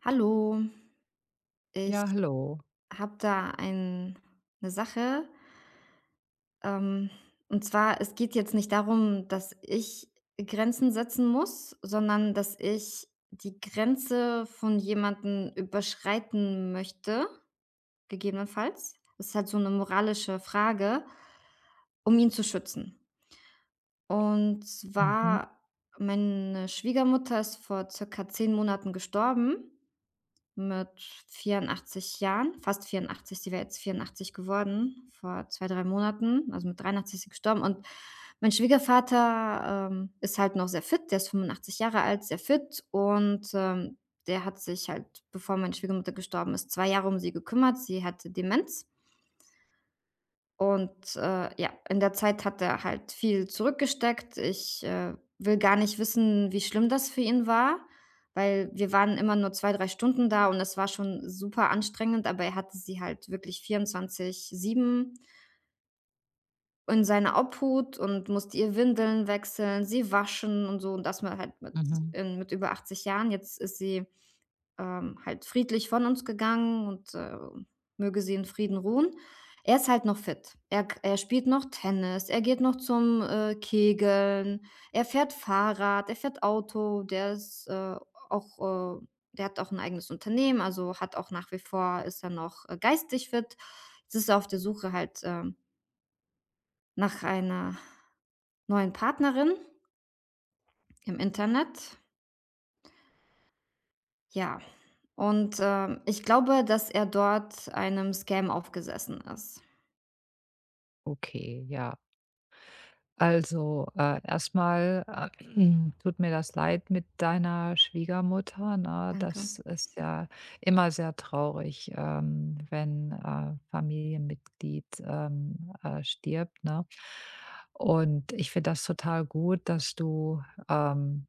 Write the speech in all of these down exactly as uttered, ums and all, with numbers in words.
Hallo, ich Ja, hallo. habe da ein 'ne Sache, ähm, und zwar, es geht jetzt nicht darum, dass ich Grenzen setzen muss, sondern dass ich die Grenze von jemandem überschreiten möchte, gegebenenfalls. Das ist halt so eine moralische Frage, um ihn zu schützen. Und Mhm, zwar, meine Schwiegermutter ist vor circa zehn Monaten gestorben. Mit vierundachtzig Jahren, fast vierundachtzig, sie wäre jetzt vierundachtzig geworden, vor zwei drei Monaten. Also, mit dreiundachtzig ist sie gestorben und mein Schwiegervater, ähm, ist halt noch sehr fit, der ist fünfundachtzig Jahre alt, sehr fit und, ähm, der hat sich halt, bevor meine Schwiegermutter gestorben ist, zwei Jahre um sie gekümmert. Sie hatte Demenz und, äh, ja, in der Zeit hat er halt viel zurückgesteckt. Ich, äh, will gar nicht wissen, wie schlimm das für ihn war, weil wir waren immer nur zwei, drei Stunden da und es war schon super anstrengend, aber er hatte sie halt wirklich vierundzwanzig sieben in seiner Obhut und musste ihr Windeln wechseln, sie waschen und so und das mal halt mit mhm. in mit über achtzig Jahren. Jetzt ist sie ähm, halt friedlich von uns gegangen und, äh, möge sie in Frieden ruhen. Er ist halt noch fit. Er k er spielt noch Tennis, er geht noch zum, äh, Kegeln, er fährt Fahrrad, er fährt Auto. Der ist, äh, auch, äh der hat auch ein eigenes Unternehmen, also hat auch nach wie vor ist er noch, äh, geistig fit. Jetzt ist er auf der Suche halt, ähm, nach einer neuen Partnerin im Internet. Ja, und, ähm, ich glaube, dass er dort einem Scam aufgesessen ist. Okay, ja. Also, äh, erst äh, tut mir das leid mit deiner Schwiegermutter, ne? Danke. Das ist ja immer sehr traurig, ähm, wenn, äh, Familienmitglied, ähm, äh, stirbt, ne? Und ich finde das total gut, dass du, ähm,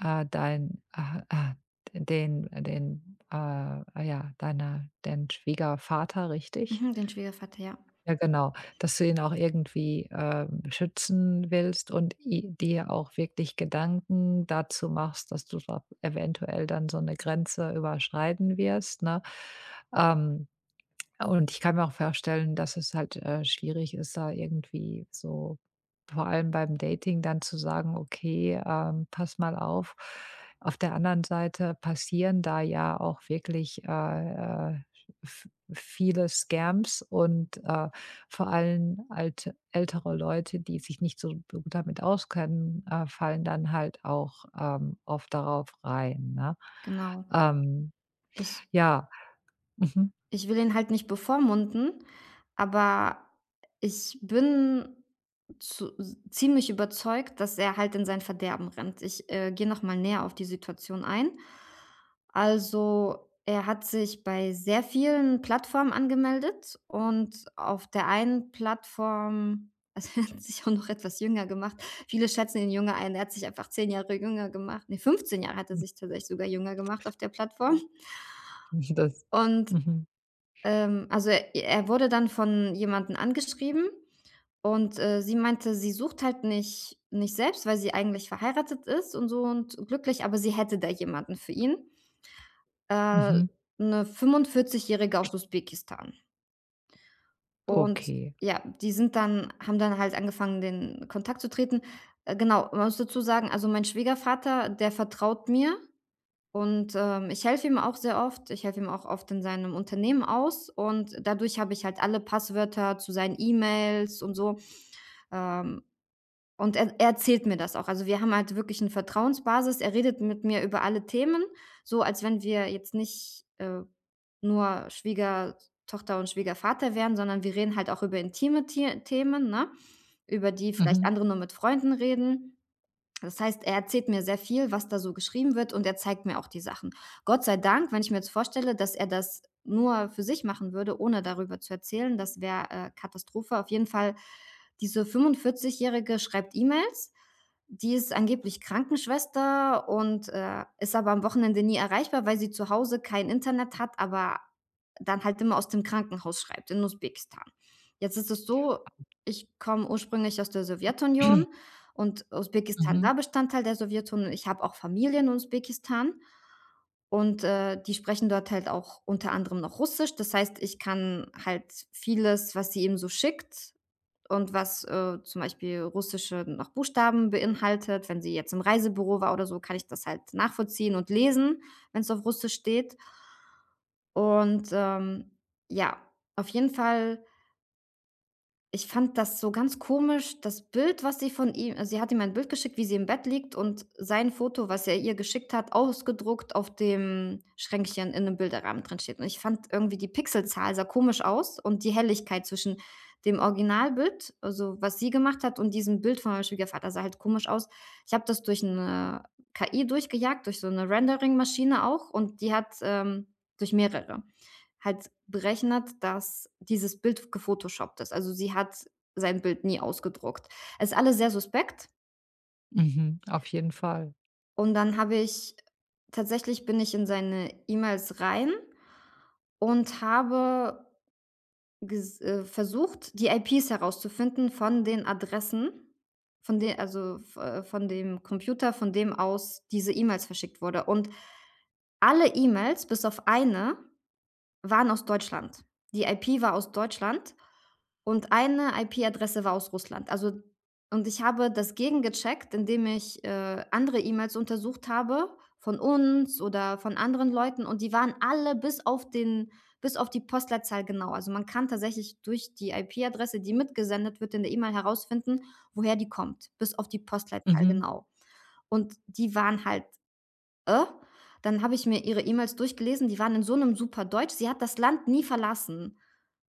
äh, dein äh, äh, den den, äh, ja, deiner den Schwiegervater, richtig? Mhm, den Schwiegervater, ja, Ja, genau, dass du ihn auch irgendwie, ähm, schützen willst und i dir auch wirklich Gedanken dazu machst, dass du da eventuell dann so eine Grenze überschreiten wirst, ne? Ähm ja, Und ich kann mir auch vorstellen, dass es halt, äh, schwierig ist, da irgendwie so vor allem beim Dating dann zu sagen: „Okay, ähm, pass mal auf.“ Auf der anderen Seite passieren da ja auch wirklich, äh, äh, v viele Scams und, äh, vor allem alte ältere Leute, die sich nicht so gut damit auskennen, äh, fallen dann halt auch, ähm, oft darauf rein, ne? genau. Ähm, Ich ja, mhm. ich will ihn halt nicht bevormunden, aber ich bin zu ziemlich überzeugt, dass er halt in sein Verderben rennt. Ich, äh, gehe noch mal näher auf die Situation ein. Also, er hat sich bei sehr vielen Plattformen angemeldet und auf der einen Plattform also, er hat sich auch noch etwas jünger gemacht. Viele schätzen ihn jünger ein. Er hat sich einfach zehn Jahre jünger gemacht. Ne, fünfzehn Jahre hat er sich tatsächlich sogar jünger gemacht auf der Plattform. Das Und, mhm. ähm, also, er er wurde dann von jemandem angeschrieben und, äh, sie meinte, sie sucht halt nicht nicht selbst, weil sie eigentlich verheiratet ist und so und glücklich, aber sie hätte da jemanden für ihn. Äh, Mhm. 'ne Fünfundvierzigjährige aus Usbekistan. Und Okay. ja, die sind dann haben dann halt angefangen, den Kontakt zu treten. Äh, genau, man muss dazu sagen, also, mein Schwiegervater, der vertraut mir und, ähm, ich helfe ihm auch sehr oft. Ich helfe ihm auch oft in seinem Unternehmen aus und dadurch habe ich halt alle Passwörter zu seinen E-Mails und so. Ähm, und er er erzählt mir das auch. Also, wir haben halt wirklich eine Vertrauensbasis. Er redet mit mir über alle Themen, so als wenn wir jetzt nicht, äh, nur Schwiegertochter und Schwiegervater wären, sondern wir reden halt auch über intime Tie Themen, ne? Über die vielleicht Mhm. andere nur mit Freunden reden. Das heißt, er erzählt mir sehr viel, was da so geschrieben wird, und er zeigt mir auch die Sachen. Gott sei Dank, wenn ich mir jetzt vorstelle, dass er das nur für sich machen würde, ohne darüber zu erzählen, das wäre, äh, Katastrophe. Auf jeden Fall, diese fünfundvierzig-Jährige schreibt E-Mails. Die ist angeblich Krankenschwester und, äh, ist aber am Wochenende nie erreichbar, weil sie zu Hause kein Internet hat, aber dann halt immer aus dem Krankenhaus schreibt in Usbekistan. Jetzt ist es so, ich komme ursprünglich aus der Sowjetunion und Usbekistan Mhm. war Bestandteil der Sowjetunion. Ich habe auch Familien in Usbekistan und, äh, die sprechen dort halt auch unter anderem noch Russisch. Das heißt, ich kann halt vieles, was sie eben so schickt und was, äh, zum Beispiel russische noch Buchstaben beinhaltet, wenn sie jetzt im Reisebüro war oder so, kann ich das halt nachvollziehen und lesen, wenn es auf Russisch steht. Und, ähm, ja, auf jeden Fall ich fand das so ganz komisch, das Bild, was sie von ihm, also sie hat ihm ein Bild geschickt, wie sie im Bett liegt und sein Foto, was er ihr geschickt hat, ausgedruckt auf dem Schränkchen in 'nem Bilderrahmen drin steht. Und ich fand irgendwie die Pixelzahl sah komisch aus und die Helligkeit zwischen dem Originalbild, also was sie gemacht hat, und diesem Bild von meinem Schwiegervater sah halt komisch aus. Ich habe das durch 'ne K I durchgejagt, durch so 'ne Rendering-Maschine auch und die hat ähm, durch mehrere halt berechnet, dass dieses Bild gefotoshoppt ist. Also, sie hat sein Bild nie ausgedruckt. Es ist alles sehr suspekt Mhm. Auf jeden Fall. und dann habe ich tatsächlich bin ich in seine E-Mails rein und habe ges äh, versucht, die I Ps herauszufinden von den Adressen, von de also, v äh, von dem Computer, von dem aus diese E-Mails verschickt wurde. Und alle E-Mails bis auf eine waren aus Deutschland. Die I P war aus Deutschland und eine I P-Adresse war aus Russland. Also und ich habe das gegengecheckt, indem ich, äh, andere E-Mails untersucht habe von uns oder von anderen Leuten und die waren alle bis auf den bis auf die Postleitzahl genau. Also, man kann tatsächlich durch die I P-Adresse, die mitgesendet wird in der E-Mail, herausfinden, woher die kommt, bis auf die Postleitzahl Mhm. genau. Und die waren halt äh, dann habe ich mir ihre E-Mails durchgelesen, die waren in so 'nem super Deutsch. Sie hat das Land nie verlassen.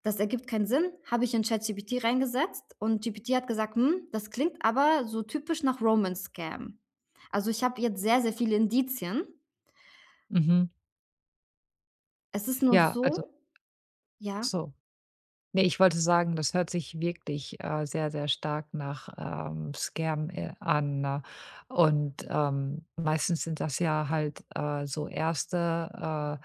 Das ergibt keinen Sinn, habe ich in ChatGPT reingesetzt und G P T hat gesagt: „Hm, das klingt aber so typisch nach Romance Scam.“ Also, ich habe jetzt sehr, sehr viele Indizien. Mhm. Es ist nur Ja, also so, ja, so. Ne, ich wollte sagen, das hört sich wirklich, äh, sehr, sehr stark nach, ähm, Scam, äh, an, ne? Und, ähm, meistens sind das ja halt, äh, so erste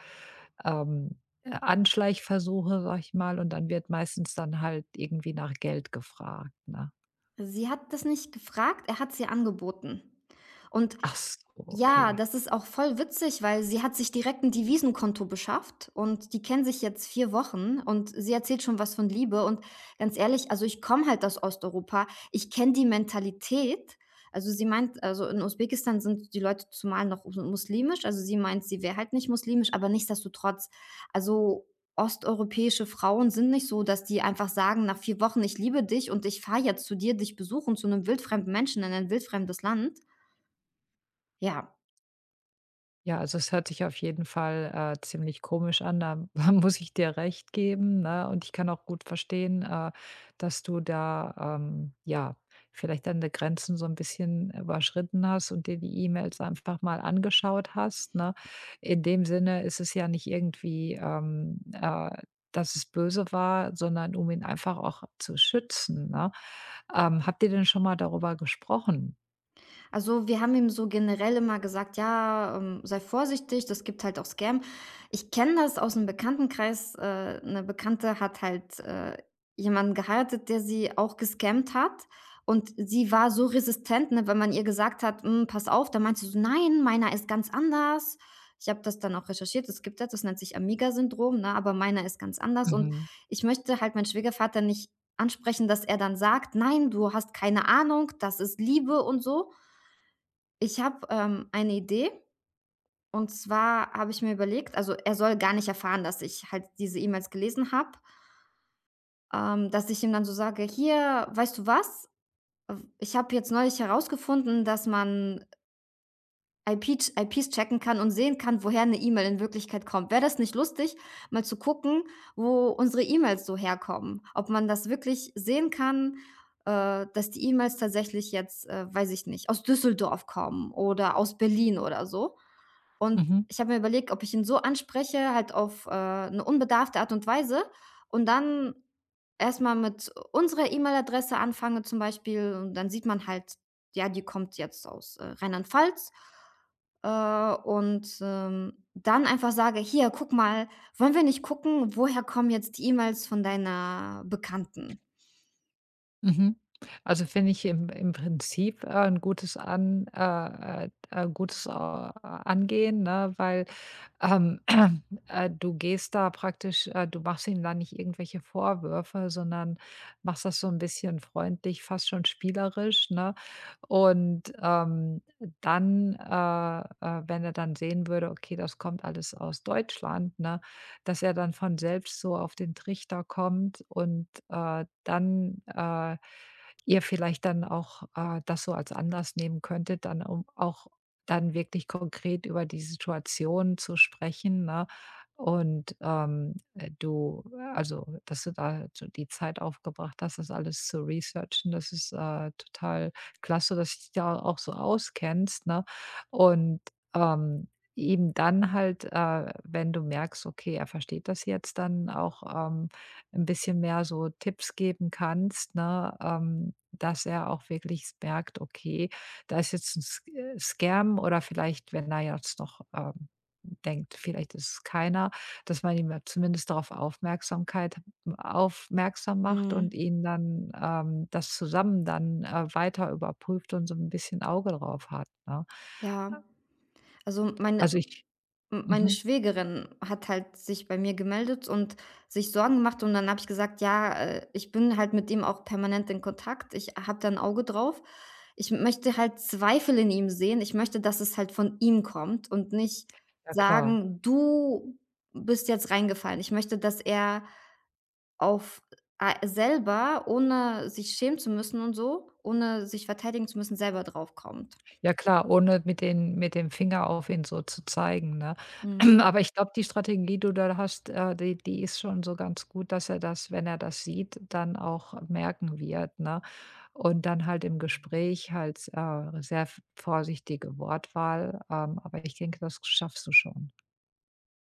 äh, ähm, äh, Anschleichversuche, sag ich mal, und dann wird meistens dann halt irgendwie nach Geld gefragt, ne? sie hat das nicht gefragt, er hat's ihr angeboten. Und Ach so, ja, okay. das ist auch voll witzig, weil sie hat sich direkt 'n Devisenkonto beschafft und die kennen sich jetzt vier Wochen und sie erzählt schon was von Liebe und ganz ehrlich, also, ich komme halt aus Osteuropa. Ich kenne die Mentalität. Also, sie meint, also, in Usbekistan sind die Leute zumal noch so muslimisch. Also, sie meint, sie wäre halt nicht muslimisch, aber nichtsdestotrotz, also, osteuropäische Frauen sind nicht so, dass die einfach sagen nach vier Wochen: „Ich liebe dich und ich fahre jetzt zu dir, dich besuchen, zu 'nem wildfremden Menschen in ein wildfremdes Land.“ Ja, Ja, also es hört sich auf jeden Fall äh, ziemlich komisch an, da muss ich dir recht geben, ne? Und ich kann auch gut verstehen, äh, dass du da, ähm, ja, vielleicht deine Grenzen so ein bisschen überschritten hast und dir die E-Mails einfach mal angeschaut hast, ne? In dem Sinne ist es ja nicht irgendwie, ähm, äh, dass es böse war, sondern um ihn einfach auch zu schützen, ne? Ähm, habt ihr denn schon mal darüber gesprochen? also, wir haben ihm so generell immer gesagt: „Ja, ähm, sei vorsichtig, das gibt halt auch Scam.“ Ich kenne das aus aus'm Bekanntenkreis, äh, 'ne Bekannte hat halt, äh, jemanden geheiratet, der sie auch gescammt hat und sie war so resistent, ne, wenn man ihr gesagt hat: „Hm, pass auf“, da meinte sie so: „Nein, meiner ist ganz anders.“ Ich habe das dann auch recherchiert. Es gibt das, das nennt sich Amiga-Syndrom, ne, aber meiner ist ganz anders und Mhm. ich möchte halt meinen Schwiegervater nicht ansprechen, dass er dann sagt: „Nein, du hast keine Ahnung, das ist Liebe“ und so. Ich habe, ähm, eine Idee. Und zwar habe ich mir überlegt, also, er soll gar nicht erfahren, dass ich halt diese E-Mails gelesen habe, ähm, dass ich ihm dann so sage: „Hier, weißt du was? Ich habe jetzt neulich herausgefunden, dass man I P ch I Ps checken kann und sehen kann, woher eine E-Mail in Wirklichkeit kommt. Wäre das nicht lustig, mal zu gucken, wo unsere E-Mails so herkommen? Ob man das wirklich sehen kann, äh, dass die E-Mails tatsächlich jetzt, äh, weiß ich nicht, aus Düsseldorf kommen oder aus Berlin oder so?“ Und Mhm. ich habe mir überlegt, ob ich ihn so anspreche, halt auf, äh, 'ne unbedarfte Art und Weise und dann erst mal mit unserer E-Mail-Adresse anfange zum Beispiel und dann sieht man halt, ja, die kommt jetzt aus, äh, Rheinland-Pfalz, äh, und, ähm, dann einfach sage: „Hier, guck mal, wollen wir nicht gucken, woher kommen jetzt die E-Mails von deiner Bekannten?“ Mhm. Also, finde ich im im Prinzip, äh, 'n gutes an äh, äh, äh, gutes, äh, Angehen, ne, weil, ähm, äh, du gehst da praktisch äh, du machst ihm da nicht irgendwelche Vorwürfe, sondern machst das so ein bisschen freundlich, fast schon spielerisch, ne? Und, ähm, dann, äh, äh, wenn er dann sehen würde: „Okay, das kommt alles aus Deutschland“, ne? Dass er dann von selbst so auf den Trichter kommt und, äh, dann, äh, ihr vielleicht dann auch, äh, das so als Anlass nehmen könntet, dann um auch dann wirklich konkret über die Situation zu sprechen, ne? Und, ähm, äh, du Also, dass du da so die Zeit aufgebracht hast, das alles zu researchen, das ist, äh, total klasse, dass du dich da auch so auskennst, ne? Und, ähm Eben dann halt, äh, wenn du merkst, okay, er versteht das jetzt, dann auch, ähm, 'n bisschen mehr so Tipps geben kannst, ne, ähm, dass er auch wirklich merkt: „Okay, da ist jetzt ein Sc äh, Scam“ oder vielleicht, wenn er jetzt noch, ähm, denkt, vielleicht ist es keiner, dass man ihm mal zumindest darauf Aufmerksamkeit aufmerksam macht und Mhm, ihn dann, ähm das zusammen dann, äh, weiter überprüft und so ein bisschen Auge drauf hat, ne? ja. Also, meine Also, m ich meine mhm. Schwägerin hat halt sich bei mir gemeldet und sich Sorgen gemacht und dann habe ich gesagt: „Ja, äh, ich bin halt mit ihm auch permanent in Kontakt. Ich habe da ein Auge drauf. Ich möchte halt Zweifel in ihm sehen. Ich möchte, dass es halt von ihm kommt und nicht Ja klar. sagen: ‚Du bist jetzt reingefallen.' Ich möchte, dass er auf a selber, ohne sich schämen zu müssen und so, ohne sich verteidigen zu müssen, selber draufkommt." Ja klar, ohne mit den mit dem Finger auf ihn so zu zeigen, ne? Mhm. Aber ich glaube, die Strategie, die du da hast, äh, die die ist schon so ganz gut, dass er das, wenn er das sieht, dann auch merken wird, ne? Und dann halt im Gespräch halt, äh, sehr vorsichtige Wortwahl, ähm, aber ich denke, das schaffst du schon.